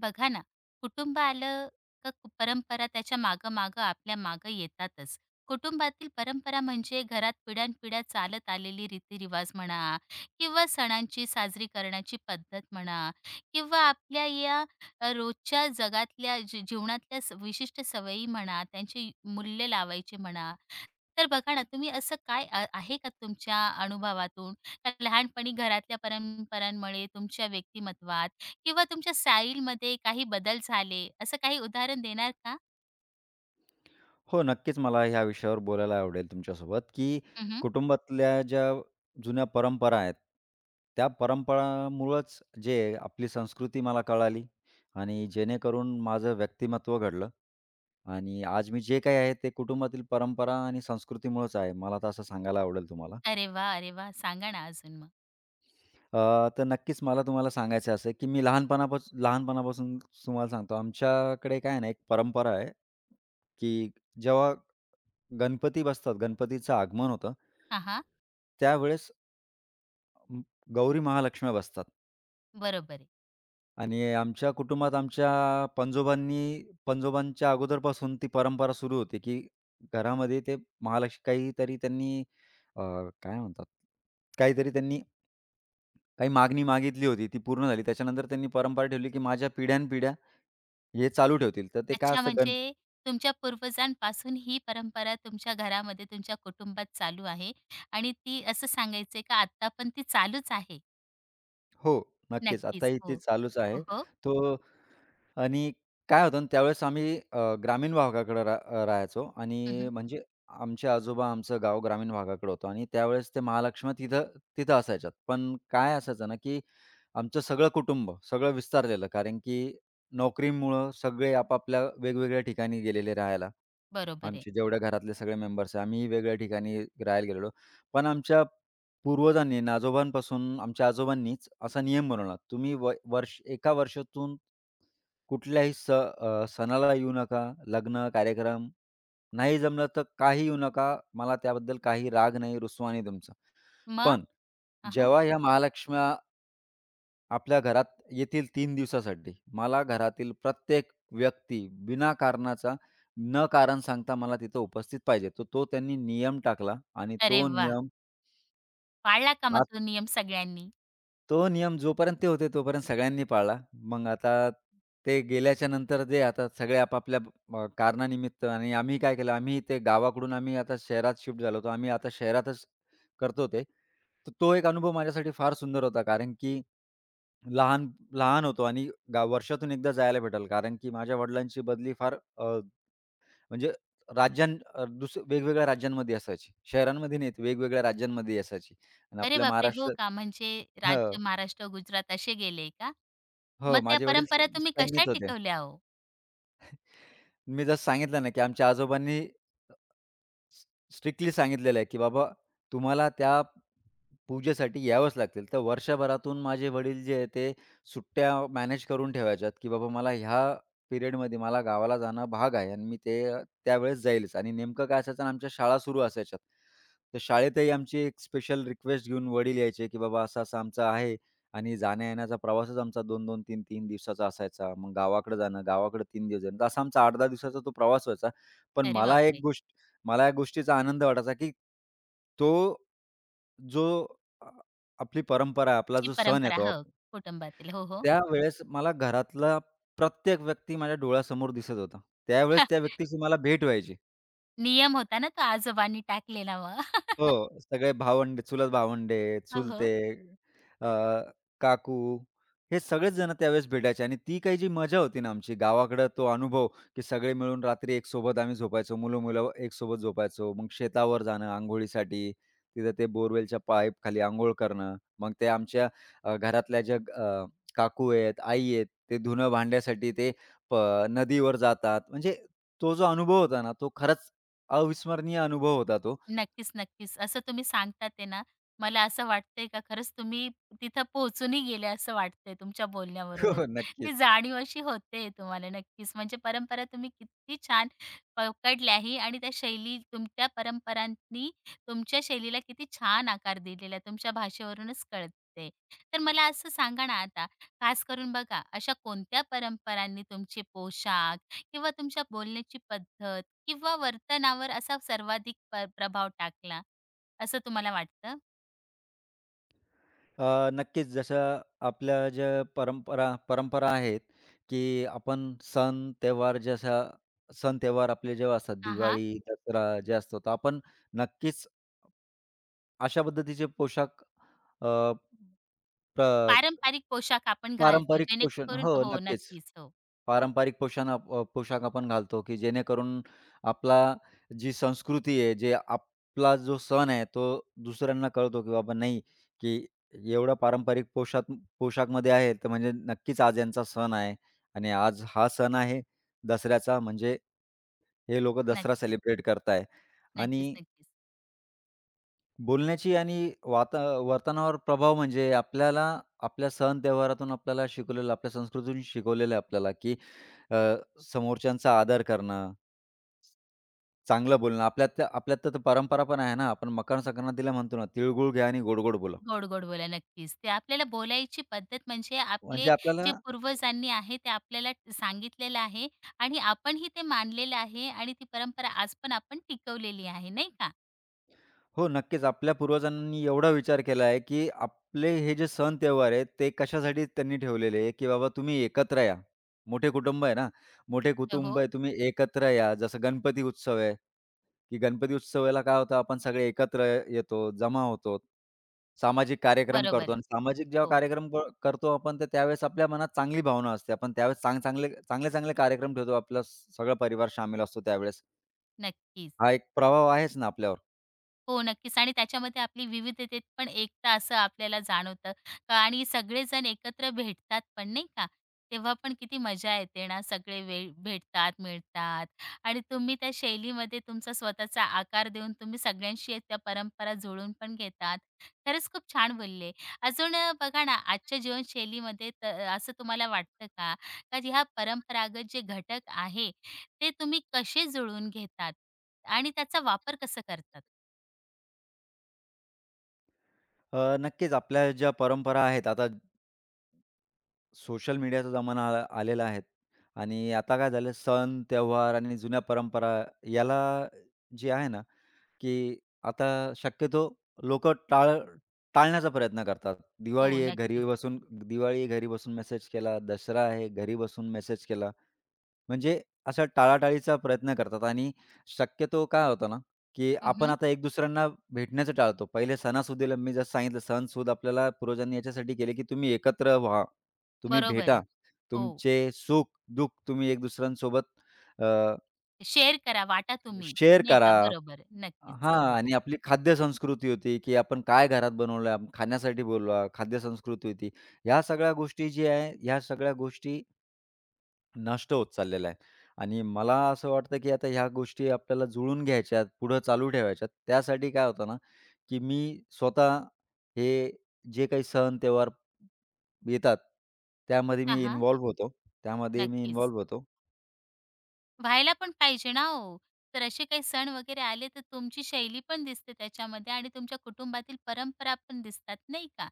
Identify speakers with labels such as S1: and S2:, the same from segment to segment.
S1: बघा ना. कुटुंब आलं का परंपरा त्याच्या मागं मागं आपल्या मागं येतातच. कुटुंबातील परंपरा म्हणजे घरात पिढ्यानपिढ्या चालत आलेली रीतिरिवाज म्हणा किंवा सणांची साजरी करण्याची पद्धत म्हणा किंवा आपल्या या रोजच्या जगातल्या जीवनातल्या विशिष्ट सवयी म्हणा त्यांची मूल्य लावायची म्हणा. तर बघा ना, तुम्ही असं काय आहे का तुमच्या अनुभवातून का लहानपणी घरातल्या परंपरांमुळे तुमच्या व्यक्तिमत्वात किंवा तुमच्या स्टाईलमध्ये काही बदल झाले, असं काही उदाहरण देणार का?
S2: हो, नक्कीच मला ह्या विषयावर बोलायला आवडेल तुमच्यासोबत, की
S1: हं, हं.
S2: कुटुंबातल्या ज्या जुन्या परंपरा आहेत, त्या परंपरांमुळंच जे आपली संस्कृती मला कळाली आणि जेणेकरून माझं व्यक्तिमत्त्व घडलं आणि आज मी जे काही आहे ते कुटुंबातील परंपरा आणि संस्कृतीमुळंच आहे. मला तर असं सांगायला आवडेल तुम्हाला.
S1: अरे वाह! अरे वाह! सांगा ना अजून मग?
S2: तर नक्कीच मला तुम्हाला सांगायचं असं, आहे की मी लहानपणापासून तुम्हाला सांगतो, आमच्याकडे काय आहे ना, एक परंपरा आहे, की जेव्हा गणपती बसतात, गणपतीचं आगमन होतं.
S1: हां, हां.
S2: त्यावेळेस म गौरी महालक्ष्म्या बसतात
S1: बरोबर आहे.
S2: आणि आमच्या कुटुंबात आमच्या पंजोबांच्या अगोदरपासून ती परंपरा सुरू होती, की घरामध्ये ते महालक्ष्मी काहीतरी त्यांनी अ, काय म्हणतात, काहीतरी त्यांनी काही मागणी मागितली होती, ती पूर्ण झाली. त्याच्यानंतर त्यांनी परंपरा ठेवली, की माझ्या पिढ्यानपिढ्या हे चालू ठेवतील. तर ते काय
S1: अच्छा,
S2: असतं गण
S1: म्हणजे तुमच्या पूर्वजांपासून ही परंपरा तुमच्या घरामध्ये, तुमच्या कुटुंबात चालू आहे आणि ती असं सांगायचंय का आत्ता पण ती चालूच आहे?
S2: हो, नक्कीच.
S1: नक्कीच.
S2: आताही
S1: हो.
S2: ते चालूच आहे.
S1: हो, हो.
S2: तो आणि काय होतं ना त्यावेळेस आम्ही ग्रामीण भागाकडे राहायचो आणि
S1: हं,
S2: म्हणजे आमचे आजोबा आमचं गाव ग्रामीण भागाकडे होतं आणि त्यावेळेस ते महालक्ष्मी तिथं तिथं असायच्यात. पण काय असायचं ना, की आमचं सगळं कुटुंब सगळं विस्तारलेलं कारण की नोकरीमुळं सगळे आपापल्या वेगवेगळ्या ठिकाणी गेलेले राहायला.
S1: बरोबर आहे.
S2: आमचे जेवढ्या घरातले सगळे मेंबर्स आहे, आम्हीही वेगळ्या ठिकाणी राहायला गेलेलो. पण आमच्या पूर्वजांनी, आजोबांपासून आमच्या आजोबांनीच असा नियम बनवला. तुम्ही वर्ष एका वर्षातून कुठल्याही सणाला येऊ नका, लग्न, कार्यक्रम नाही जमलं तर काही येऊ नका. मला त्याबद्दल काही राग नाही, रुसवा नाही तुमचा.
S1: मग?
S2: पण
S1: हां,
S2: जेव्हा ह्या महालक्ष्म्या आपल्या घरात येतील 3 दिवसासाठी, मला घरातील प्रत्येक व्यक्ती बिना कारणाचा, न कारण सांगता मला तिथं उपस्थित पाहिजे. तर तो त्यांनी नियम टाकला आणि
S1: अरे
S2: तो
S1: वाह!
S2: नियम
S1: पाळला का मग
S2: आज
S1: तो नियम सगळ्यांनी?
S2: तो नियम जोपर्यंत ते होते, तोपर्यंत सगळ्यांनी पाळला. मग आता ते गेल्याच्या नंतर जे आता सगळे आपापल्या कारणानिमित्त आणि आम्ही काय केलं, आम्ही ते गावाकडून आम्ही आता शहरात शिफ्ट झालो होतो. आम्ही आता शहरातच करतो ते. तर तो एक अनुभव माझ्यासाठी फार सुंदर होता. कारण की लहान लहान होतो आणि वर्षातून एकदा जायला भेटेल. कारण की माझ्या वडिलांची बदली फार म्हणजे राज्यां अ, दुस वेगवेगळ्या राज्यांमध्ये असायची. शहरांमध्ये नाहीत, वेगवेगळ्या राज्यांमध्ये असायची. आणि
S1: अरे
S2: आपल्या
S1: बापरे! हो
S2: महाराष्ट्रात
S1: का? म्हणजे
S2: हो.
S1: राज्य महाराष्ट्र, गुजरात असे गेले का?
S2: हो,
S1: मग त्या
S2: माझे वडील
S1: परंपरा तुम्ही कशा
S2: सैन्यात होते.
S1: टिकवल्या हो?
S2: मी जसं सांगितलं ना, की आमच्या आजोबांनी स स्ट्रिक्टली सांगितलेलं आहे, की बाबा तुम्हाला त्या पूजेसाठी यावंच लागतील. तर वर्षभरातून माझे वडील जे आहे ते सुट्ट्या मॅनेज करून ठेवायच्यात, की बाबा मला ह्या पिरियडमध्ये मला गावाला जाणं भाग आहे आणि मी ते त्यावेळेस जाईलच आणि नेमकं काय असायचं ना आमच्या शाळा सुरू असायच्यात. तर शाळेतही आमची एक स्पेशल रिक्वेस्ट घेऊन वडील यायचे, की बाबा असा-असा आमचा आहे आणि जाण्या-येण्याचा प्रवासच आमचा 2-2, 3-3 दिवसाचा असायचा. मग गावाकडे जाणं, गावाकडे 3 दिवस जाणं. तर असा आमचा 8-10 दिवसाचा तो प्रवास व्हायचा. पण
S1: अरे
S2: मला एक
S1: बापरे!
S2: गोष्ट मला या गोष्टीचा आनंद वाटायचा, की तो जो अ, आपली परंपरा आहे, आपला
S1: जी
S2: जो सण
S1: परंपरा
S2: येतो आप
S1: हो, कुटुंबातील. हो, हो.
S2: त्यावेळेस मला घरातला प्रत्येक व्यक्ती माझ्या डोळ्यासमोर दिसत होता. त्यावेळेस त्या व्यक्तीची मला भेट व्हायची.
S1: नियम होता ना तो आजोबांनी टाकलेला मग?
S2: हो, सगळे भावंडे, चुलत भावंडे,
S1: हो, हो.
S2: चुलते, अ, काकू हे सगळेच जण त्यावेळेस भेटायचे आणि ती काही जी मजा होती ना आमची गावाकडं तो अनुभव, की सगळे मिळून रात्री एकसोबत आम्ही झोपायचो. मुलं-मुलं एकसोबत झोपायचो. मग शेतावर जाणं अंघोळीसाठी, तिथं ते बोरवेलच्या पाईपखाली अंघोळ करणं. मग ते आमच्या घरातल्या ज्या काकू आहेत, आई आहेत, ते धुणं भांड्यासाठी ते प नदीवर जातात. म्हणजे तो जो अनुभव होता ना, तो खरंच अविस्मरणीय अनुभव होता तो.
S1: नक्कीच, नक्कीच. असं तुम्ही सांगतात आहे ना, मला असं वाटतंय का खरंच तुम्ही तिथं पोहोचूनही गेले असं वाटतंय तुमच्या
S2: हो,
S1: बोलण्यावरूनच.
S2: हो.
S1: ती
S2: नक्कीच.
S1: जाणीव अशी होते तुम्हाला नक्कीच. म्हणजे परंपरा तुम्ही किती छान पकडल्याही आणि त्या शैली तुमच्या परंपरांनी तुमच्या शैलीला किती छान आकार दिलेला आहे, तुमच्या भाषेवरूनच कळते. तर मला असं सांगा ना आता, खास करून बघा, अशा कोणत्या परंपरांनी तुमचे पोशाख किंवा तुमच्या बोलण्याची पद्धत किंवा वर्तनावर असा सर्वाधिक प्रभाव टाकला, असं तुम्हाला वाटतं?
S2: अ, नक्कीच जसं आपल्या ज्या परंपरा परंपरा आहेत, की आपण सण, त्योहार सण-त्योहार आपले जेव्हा असतात
S1: हां, हां.
S2: दिवाळी, दसरा जे असतो, तर आपण नक्कीच अशा पद्धतीचे पोशाख अ, प्र
S1: पारंपरिक पोशाख आपण घालतो
S2: पारंपरिक पोषण
S1: जेणेकरून
S2: हो,
S1: हो,
S2: नक्कीच.
S1: नक्कीच. हो.
S2: पारंपरिक पोषान अप अ, पोशाख आपण घालतो, की जेणेकरून आपला जी संस्कृती आहे, जे आपला जो सण आहे, तो दुसऱ्यांना कळतो, की बाबा नाही, की एवढा पारंपरिक पोशाखमध्ये आहे, तर म्हणजे नक्कीच आज यांचा सण आहे आणि आज हा सण आहे दसऱ्याचा, म्हणजे हे लोकं दसरा
S1: नक्कीच,
S2: सेलिब्रेट करताय
S1: नक्कीच,
S2: आणि
S1: नक्कीच.
S2: बोलण्याची आणि वर्तनावर प्रभाव म्हणजे आपल्याला आपल्या सण त्योहारातून आपल्याला शिकवलेलं, आपल्या संस्कृतीतून शिकवलेलं आहे आपल्याला, की अ, समोरच्यांचा आदर करणं, चांगलं बोलणं. आपल्यात तर परंपरा पण आहे ना, आपण मकर संक्रांतीला म्हणतो ना, "तिळगुळ घ्या आणि गोड-गोड बोला."
S1: गोड-गोड बोला. नक्कीच. ते आपल्याला बोलायची पद्धत म्हणजे आपले
S2: म्हणजे
S1: जे
S2: आपल्याला
S1: पूर्वजांनी आहे ते आपल्याला सांगितलेलं आहे आणि आपणही ते मानलेलं आहे आणि ती परंपरा आज पण आपण टिकवलेली आहे, नाही का?
S2: हो, नक्कीच. आपल्या पूर्वजांनी एवढा विचार केला आहे, की आपले हे जे सण त्योहार आहेत, ते कशासाठी त्यांनी ठेवलेले आहे, की बाबा तुम्ही एकत्र या. मोठे कुटुंब आहे ना, मोठे कुटुंब
S1: हो,
S2: आहे, तुम्ही एकत्र या. जसं गणपती उत्सव आहे. की गणपती उत्सवाला काय होतं आपण सगळे एकत्र येतो, जमा होतो. सामाजिक कार्यक्रम
S1: बरोबर
S2: करतो
S1: आहे.
S2: आणि सामाजिक जेव्हा
S1: हो,
S2: कार्यक्रम करतो आपण तर त्यावेळेस आपल्या मनात चांगली भावना असते. आपण त्यावेळेस चांगले-चांगले कार्यक्रम ठेवतो. आपला सगळा परिवार सामील असतो त्यावेळेस.
S1: नक्कीच.
S2: हा एक प्रभाव आहेच ना आपल्यावर.
S1: हो, नक्कीच. आणि त्याच्यामध्ये आपली विविधतेत पण एकता असं आपल्याला जाणवतं. का, आणि सगळेजण एकत्र भेटतात पण नाही का? तेव्हा पण किती मजा येते ना, सगळे भेटतात, मिळतात आणि तुम्ही त्या शैलीमध्ये तुमचा स्वतःचा आकार देऊन तुम्ही सगळ्यांशी त्या परंपरा जुळवून पण घेतात. खरंच खूप छान बोलले. अजून बघा ना, आजच्या जीवनशैलीमध्ये असं तुम्हाला वाटतं का, का ह्या परंपरागत जे घटक आहे, ते तुम्ही कसे जुळवून घेतात आणि त्याचा वापर कसं करतात?
S2: नक्कीच आपल्या ज्या परंपरा आहेत आता सोशल मीडियाचा जमाना आलेला आहे आणि आता काय झालं सण, त्योहार आणि जुन्या परंपरा याला जे आहे ना की आता शक्यतो लोकं टाळण्याचा प्रयत्न करतात. दिवाळी
S1: हो,
S2: आहे घरी
S1: नक्कीच.
S2: बसून दिवाळी आहे घरी बसून मेसेज केला, दसरा आहे घरी बसून मेसेज केला. म्हणजे अशा टाळाटाळीचा प्रयत्न करतात आणि शक्यतो काय होतं ना, की
S1: हं,
S2: आपण
S1: हं.
S2: आता एक दुसऱ्यांना भेटण्याचं टाळतो. पहिले सणासुदीला मी जसं सांगितलं, सणसूद आपल्याला पूर्वजांनी याच्यासाठी केले, की तुम्ही एकत्र व्हा, तुम्ही
S1: बरोबर
S2: भेटा,
S1: आहे. हो,
S2: तुमचे सुख-दुःख तुम्ही एक दुसऱ्यांसोबत
S1: शेअर करा, वाटा तुम्ही,
S2: शेअर
S1: नाही का?
S2: करा.
S1: बरोबर आहे. नक्कीच. हो,
S2: हां.
S1: हो.
S2: आणि आपली खाद्य संस्कृती होती, की आपण काय घरात बनवलं, आपण खाण्यासाठी बोलवा, खाद्य संस्कृती होती. ह्या सगळ्या गोष्टी नष्ट होत चाललेल्या आहेत. आणि मला असं वाटतं, की आता ह्या गोष्टी आपल्याला जुळून घ्यायच्यात, पुढं चालू ठेवायच्यात. त्यासाठी काय होतं ना, की मी स्वतः हे जे काही सण त्योहार येतात, त्यामध्ये
S1: हां,
S2: मी
S1: हां.
S2: इन्व्हॉल्व होतो. त्यामध्ये मी
S1: नक्कीच.
S2: इन्व्हॉल्व होतो.
S1: व्हायला पण पाहिजे ना हो. तर असे काही सण वगैरे आले तर तुमची शैली पण दिसते त्याच्यामध्ये आणि तुमच्या कुटुंबातील परंपरा पण दिसतात नाही का?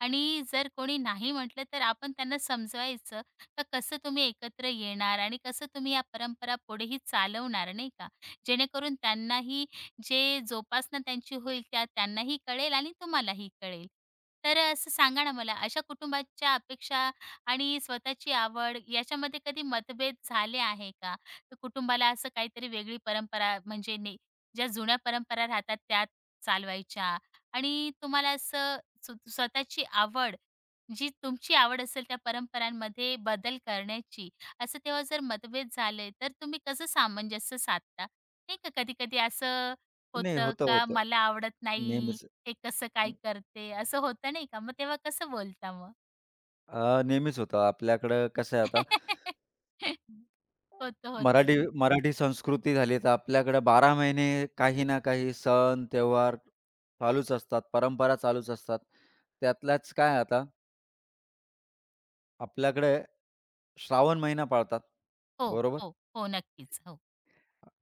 S1: आणि जर कोणी नाही म्हटलं तर आपण त्यांना समजवायचं का कसं तुम्ही एकत्र येणार आणि कसं तुम्ही या परंपरा पुढेही चालवणार नाही का? जेणेकरून त्यांनाही जे जोपासना त्यांची होईल त्या त्यांनाही कळेल आणि तुम्हालाही कळेल. तर असं सांगा ना मला अशा कुटुंबाच्या अपेक्षा आणि स्वतःची आवड याच्यामध्ये कधी मतभेद झाले आहे का? तर कुटुंबाला असं काहीतरी वेगळी परंपरा म्हणजे ज्या जुन्या परंपरा राहतात त्या चालवायच्या आणि तुम्हाला असं स्वतःची आवड, जी तुमची आवड असेल त्या परंपरांमध्ये बदल करण्याची, असं तेव्हा जर मतभेद झाले, तर तुम्ही कसं सामंजस्य साधता? नाही का कधी-कधी असं
S2: नाही,
S1: होतं
S2: होतं,
S1: का
S2: होतं.
S1: मला आवडत नाही,
S2: नेहमीच.
S1: हे कसं काय करते, असं होतं नाही का? मग तेव्हा कसं बोलता मग?
S2: नेहमीच होतं. आपल्याकडं कसं आहे आता
S1: होतं, होतं.
S2: मराठी मराठी संस्कृती झाली, तर आपल्याकडे 12 महिने काही ना काही सण, त्योहार चालूच असतात, परंपरा चालूच असतात. त्यातल्याच काय आता आपल्याकडे श्रावण महिना पाळतात,
S1: हो,
S2: बरोबर?
S1: हो, हो, नक्कीच. हो.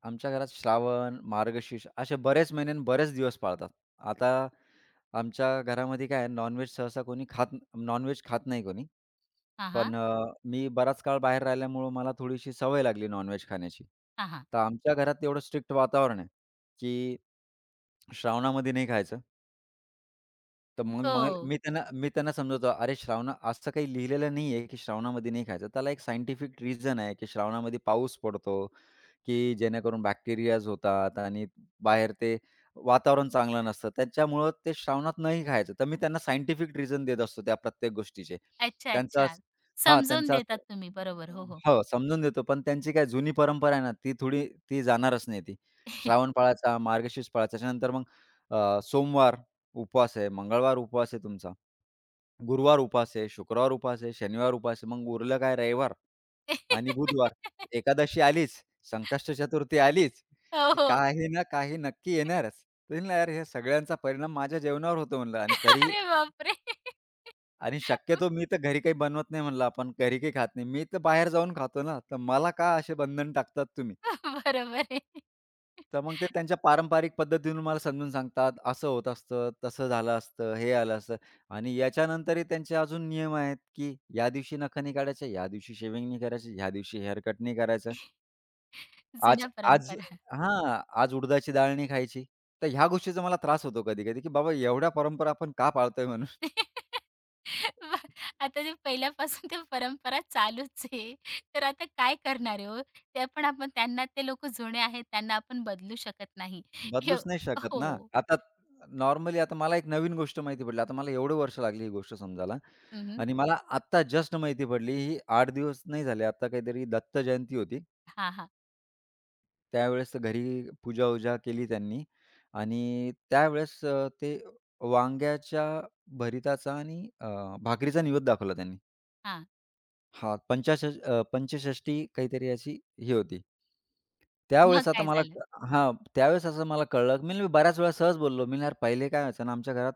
S2: आमच्या घरात श्रावण, मार्गशीर्ष असे बरेच महिने आणि बरेच दिवस पाळतात. आता आमच्या घरामध्ये काय आहे नॉनव्हेज खात नाही कोणी.
S1: हां, हां.
S2: पण मी बराच काळ बाहेर राहिल्यामुळं मला थोडीशी सवय लागली नॉनव्हेज खाण्याची.
S1: हां, हां.
S2: तर आमच्या घरात एवढं स्ट्रिक्ट वातावरण आहे, की श्रावणामध्ये नाही खायचं. तर मग मग
S1: हो.
S2: मी त्यांना मी त्यांना समजवतो, "अरे श्रावणा असं काही लिहिलेलं नाही आहे, की श्रावणामध्ये नाही खायचं." त्याला एक सायंटिफिक रिझन आहे, की श्रावणामध्ये पाऊस पडतो, की जेणेकरून बॅक्टेरियाज होतात आणि बाहेर ते वातावरण चांगलं नसतं. त्याच्यामुळं ते श्रावणात नाही खायचं. तर मी त्यांना सायंटिफिक रिझन देत असतो त्या प्रत्येक गोष्टीचे.
S1: अच्छा,
S2: त्यांचं
S1: अच्छा.
S2: असं
S1: समजून
S2: त्यांचं
S1: देतात
S2: असं
S1: तुम्ही. बरोबर. हो, हो.
S2: हो, समजून देतो. पण त्यांची काय जुनी परंपरा आहे ना, ती थोडी ती जाणारच नाही ती. श्रावण पाळायचा, मार्गशीर्ष पाळायचा, त्याच्यानंतर मग सोमवार उपवास आहे, मंगळवार उपवास आहे तुमचा, गुरुवार उपवास आहे, शुक्रवार उपवास आहे, शनिवार उपवास आहे, मग उरलं काय रविवार आणि बुधवार. एकादशी आलीच, संकष्ट चतुर्थी आलीच,
S1: हो,
S2: की
S1: हो.
S2: काही ना काही नक्की येणारच. तर म्हणलं यार हे सगळ्यांचा परिणाम माझ्या जेवणावर होतो म्हणलं आणि तरी
S1: अरे बापरे!
S2: आणि शक्यतो मी तर घरी काही बनवत नाही म्हणलं आपण, घरी काही खात नाही. मी तर बाहेर जाऊन खातो ना, तर मला का असे बंधन टाकतात तुम्ही?
S1: बरोबर आहे.
S2: तर मग ते त्यांच्या पारंपरिक पद्धतीने मला समजून सांगतात, असं होत असतं, तसं झालं असतं, हे आलं असतं आणि याच्यानंतरही त्यांचे अजून नियम आहेत, की या दिवशी नखं नाही काढायचे, या दिवशी शेव्हिंग नाही करायची, या दिवशी हेअरकट नाही करायचं. आज
S1: जुन्या
S2: आज
S1: परंपरा.
S2: हां, आज उडदाची डाळ नाही खायची. तर ह्या गोष्टीचा मला त्रास होतो कधी-कधी, की बाबा एवढ्या परंपरा आपण का पाळतोय म्हणून.
S1: वा, आता ते पहिल्यापासून त्या परंपरा चालूच आहे. तर आता काय करणार आहे हो? ते पण आपण त्यांना ते लोकं जुने आहेत, त्यांना आपण बदलू शकत नाही. हे
S2: बदलूच नाही शकत ना.
S1: हो.
S2: आता नॉर्मली आता मला एक नवीन गोष्ट माहिती पडली. आता मला एवढे वर्ष लागली ही गोष्ट समजायला
S1: हं, हं.
S2: आणि मला आत्ता जस्ट माहिती पडली. ही 8 दिवस नाही झाले. आता काहीतरी दत्त जयंती होती.
S1: हां, हां.
S2: त्यावेळेस घरी पूजा-वूजा केली त्यांनी आणि त्यावेळेस ते वांग्याच्या भरिताचा आणि भाकरीचा नैवेद्य दाखवला त्यांनी. हां, पंचषष्ठी काहीतरी अशी ही होती.
S1: मग
S2: त्यावेळेस आता
S1: काय
S2: मला
S1: झालं?
S2: हां, त्यावेळेस असं मला कळलं, मी मी बऱ्याच वेळा सहज बोललो. मी यार पहिले काय व्हायचं ना, आमच्या घरात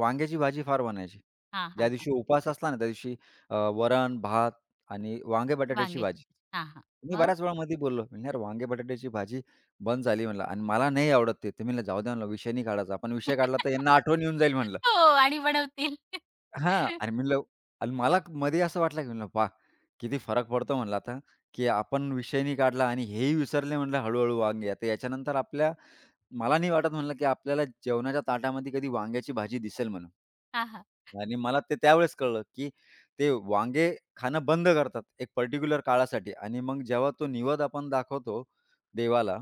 S2: वांग्याची भाजी फार बनायची.
S1: हां,
S2: ज्या
S1: हां.
S2: दिवशी उपवास असला ना, त्या दिवशी वरण, भात आणि वांगे बटाट्याची
S1: वांग्याची.
S2: भाजी.
S1: हां, हां.
S2: मी
S1: मग?
S2: बऱ्याच वेळा मध्ये बोललो, म्हणलं "यार वांगे बटाट्याची भाजी बंद झाली" म्हणलं आणि मला नाही आवडत ते. तर मी म्हणलं, "जाऊ दे म्हणलं विषय नाही काढायचा. आपण विषय काढला तर यांना आठवण येऊन जाईल" म्हणलं.
S1: हो, आणि बनवतील.
S2: हां. आणि म्हणलं आणि मला मध्ये असं वाटलं की म्हणलं "पहा, किती फरक पडतो" म्हणलं आता, की आपण विषय नाही काढला आणि हेही विसरले म्हणलं हळू वांगे. आता याच्यानंतर आपल्या मला नाही वाटत म्हणलं की आपल्याला जेवणाच्या ताटामध्ये कधी वांग्याची भाजी दिसेल म्हणून.
S1: हां, हां.
S2: आणि मला ते त्यावेळेस कळलं, की ते वांगे खाणं बंद करतात एक पर्टिक्युलर काळासाठी आणि मग जेव्हा तो निवद आपण दाखवतो देवाला,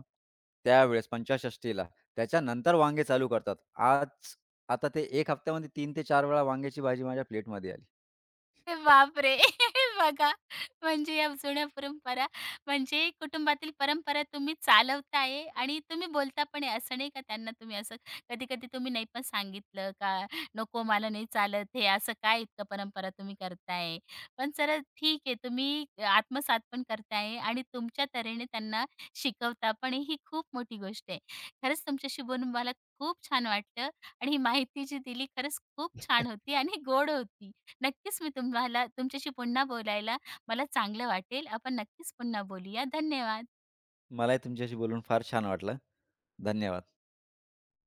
S2: त्यावेळेस पंचाषष्ठीला, त्याच्यानंतर वांगे चालू करतात. आज आता ते 1 हफ्त्यामध्ये 3 ते 4 वेळा वांग्याची भाजी माझ्या प्लेटमध्ये आली.
S1: बापरे! बघा, म्हणजे या जुन्या परंपरा म्हणजे कुटुंबातील परंपरा तुम्ही चालवताय आणि तुम्ही बोलता पण आहे. असं नाही का त्यांना तुम्ही असं कधी-कधी तुम्ही नाही पण सांगितलं का, "नको मला नाही चालत हे, असं काय इतकं परंपरा तुम्ही करताय?" पण चला ठीक आहे, तुम्ही आत्मसात पण करताय आणि तुमच्या तऱ्हेने त्यांना शिकवता पण आहे. ही खूप मोठी गोष्ट आहे. खरंच तुमच्याशी बोलून मला खूप छान वाटलं आणि ही माहिती जी दिली खरंच खूप छान होती आणि गोड होती. नक्कीच मी तुम्हाला तुमच्याशी पुन्हा बोलायला मला चांगलं वाटेल. आपण नक्कीच पुन्हा बोलूया. धन्यवाद.
S2: मलाही तुमच्याशी बोलून फार छान वाटलं. धन्यवाद.